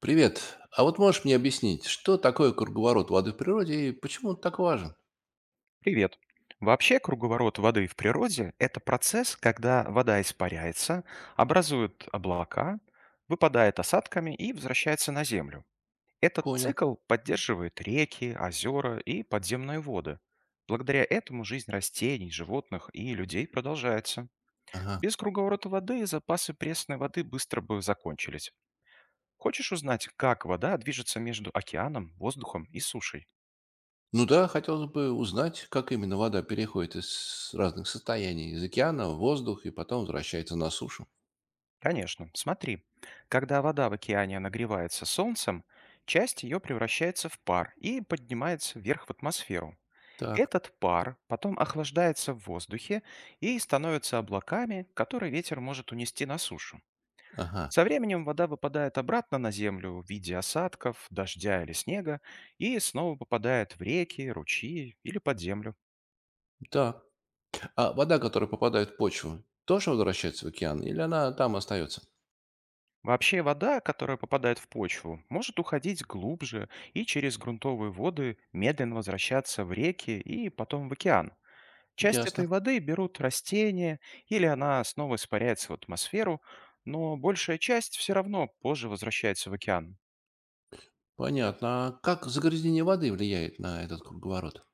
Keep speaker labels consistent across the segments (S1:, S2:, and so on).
S1: Привет. А вот можешь мне объяснить, что такое круговорот воды в природе и почему он так важен?
S2: Привет. Вообще круговорот воды в природе– это процесс, когда вода испаряется, образует облака, выпадает осадками и возвращается на Землю. Этот
S1: Понял.
S2: цикл поддерживает реки, озера и подземные воды. Благодаря этому жизнь растений, животных и людей продолжается.
S1: Ага.
S2: Без круговорота воды запасы пресной воды быстро бы закончились. Хочешь узнать, как вода движется между океаном, воздухом и сушей?
S1: Ну да, хотелось бы узнать, как именно вода переходит из разных состояний, из океана в воздух и потом возвращается на сушу.
S2: Конечно. Смотри, когда вода в океане нагревается солнцем, часть ее превращается в пар и поднимается вверх в атмосферу.
S1: Так,
S2: Этот пар потом охлаждается в воздухе и становится облаками, которые ветер может унести на сушу.
S1: ага,
S2: Со временем вода выпадает обратно на землю в виде осадков, дождя или снега и снова попадает в реки, ручьи или под землю.
S1: да. А вода, которая попадает в почву, тоже возвращается в океан или она там остается?
S2: Вообще вода, которая попадает в почву, может уходить глубже и через грунтовые воды медленно возвращаться в реки и потом в океан. Часть этой
S1: Ясно.
S2: воды берут растения или она снова испаряется в атмосферу, но большая часть все равно позже возвращается в океан.
S1: Понятно. А как загрязнение воды влияет на этот круговорот?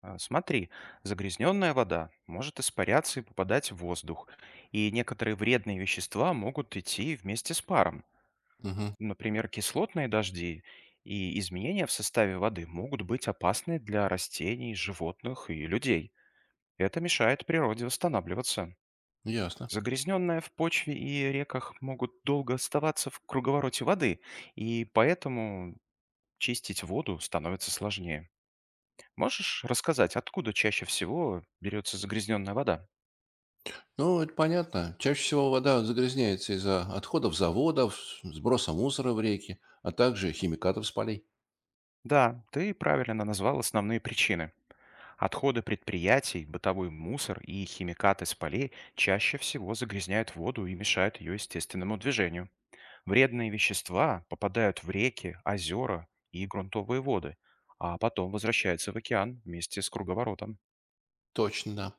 S2: А, смотри, загрязненная вода может испаряться и попадать в воздух, и некоторые вредные вещества могут идти вместе с паром.
S1: Угу,
S2: Например, кислотные дожди и изменения в составе воды могут быть опасны для растений, животных и людей. Это мешает природе восстанавливаться.
S1: ясно.
S2: Загрязненная в почве и реках могут долго оставаться в круговороте воды, и поэтому чистить воду становится сложнее. Можешь рассказать, откуда чаще всего берется загрязненная вода?
S1: Ну, это понятно. Чаще всего вода загрязняется из-за отходов заводов, сброса мусора в реки, а также химикатов с полей.
S2: Да, ты правильно назвал основные причины. Отходы предприятий, бытовой мусор и химикаты с полей чаще всего загрязняют воду и мешают ее естественному движению. Вредные вещества попадают в реки, озера и грунтовые воды, а потом возвращаются в океан вместе с круговоротом.
S1: Точно, да.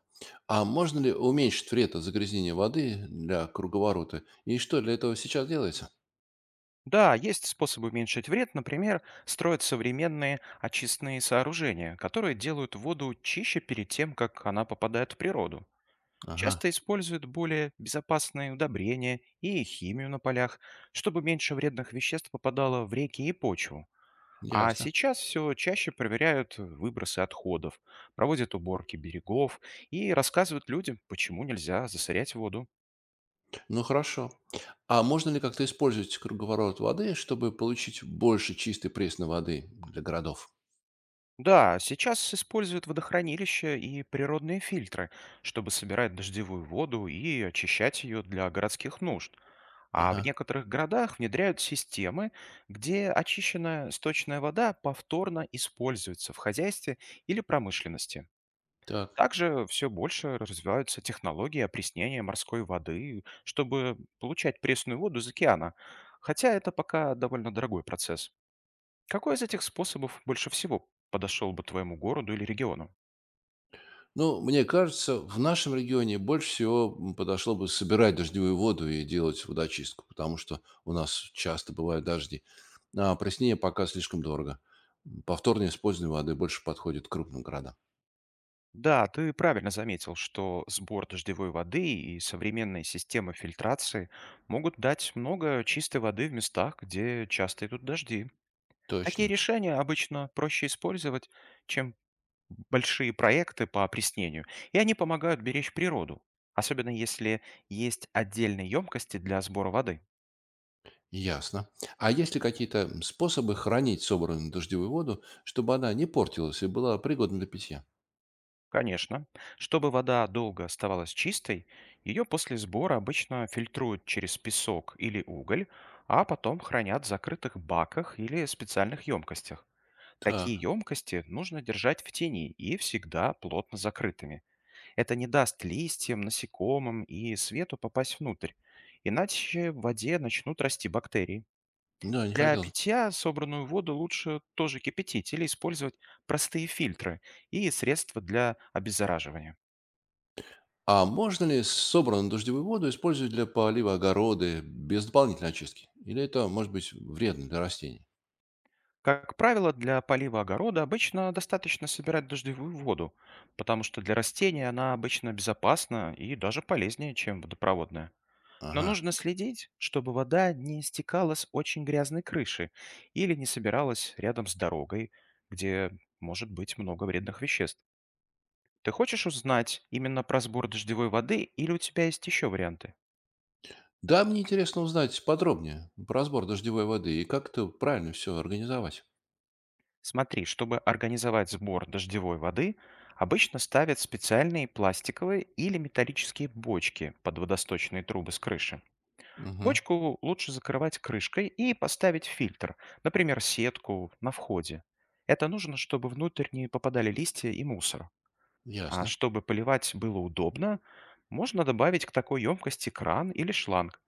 S1: А можно ли уменьшить вред от загрязнения воды для круговорота? И что для этого сейчас делается?
S2: Да, есть способы уменьшить вред, например, строят современные очистные сооружения, которые делают воду чище перед тем, как она попадает в природу.
S1: Ага,
S2: Часто используют более безопасные удобрения и химию на полях, чтобы меньше вредных веществ попадало в реки и почву. А
S1: ясно.
S2: сейчас все чаще проверяют выбросы отходов, проводят уборки берегов и рассказывают людям, почему нельзя засорять воду.
S1: Ну, хорошо. А можно ли как-то использовать круговорот воды, чтобы получить больше чистой пресной воды для городов?
S2: Да, сейчас используют водохранилища и природные фильтры, чтобы собирать дождевую воду и очищать ее для городских нужд. А в
S1: Ага,
S2: некоторых городах внедряют системы, где очищенная сточная вода повторно используется в хозяйстве или промышленности.
S1: так.
S2: Также все больше развиваются технологии опреснения морской воды, чтобы получать пресную воду из океана. Хотя это пока довольно дорогой процесс. Какой из этих способов больше всего подошел бы твоему городу или региону?
S1: Ну, мне кажется, в нашем регионе больше всего подошло бы собирать дождевую воду и делать водочистку, потому что у нас часто бывают дожди. А проснение пока слишком дорого. Повторное использование воды больше подходит к крупным городам.
S2: Да, ты правильно заметил, что сбор дождевой воды и современные системы фильтрации могут дать много чистой воды в местах, где часто идут дожди. Такие
S1: Точно.
S2: решения обычно проще использовать, чем большие проекты по опреснению, и они помогают беречь природу, особенно если есть отдельные емкости для сбора воды.
S1: Ясно. А есть ли какие-то способы хранить собранную дождевую воду, чтобы она не портилась и была пригодна для питья?
S2: Конечно. Чтобы вода долго оставалась чистой, ее после сбора обычно фильтруют через песок или уголь, а потом хранят в закрытых баках или специальных емкостях. Такие
S1: Так.
S2: емкости нужно держать в тени и всегда плотно закрытыми. Это не даст листьям, насекомым и свету попасть внутрь, иначе в воде начнут расти бактерии.
S1: Да, не
S2: Для
S1: хотелось бы
S2: питья собранную воду лучше тоже кипятить или использовать простые фильтры и средства для обеззараживания.
S1: А можно ли собранную дождевую воду использовать для полива огорода без дополнительной очистки? Или это может быть вредно для растений?
S2: Как правило, для полива огорода обычно достаточно собирать дождевую воду, потому что для растений она обычно безопасна и даже полезнее, чем водопроводная. Но
S1: Ага.
S2: нужно следить, чтобы вода не стекала с очень грязной крыши или не собиралась рядом с дорогой, где может быть много вредных веществ. Ты хочешь узнать именно про сбор дождевой воды или у тебя есть еще варианты?
S1: Да, мне интересно узнать подробнее про сбор дождевой воды и как это правильно все организовать.
S2: Смотри, чтобы организовать сбор дождевой воды, обычно ставят специальные пластиковые или металлические бочки под водосточные трубы с крыши.
S1: Угу.
S2: Бочку лучше закрывать крышкой и поставить фильтр, например, сетку на входе. Это нужно, чтобы внутрь не попадали листья и мусор. А
S1: Ясно.
S2: чтобы поливать было удобно, можно добавить к такой емкости кран или шланг.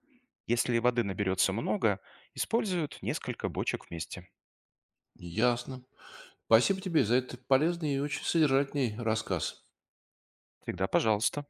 S2: Если воды наберется много, используют несколько бочек вместе.
S1: Ясно. Спасибо тебе за этот полезный и очень содержательный рассказ.
S2: Всегда пожалуйста.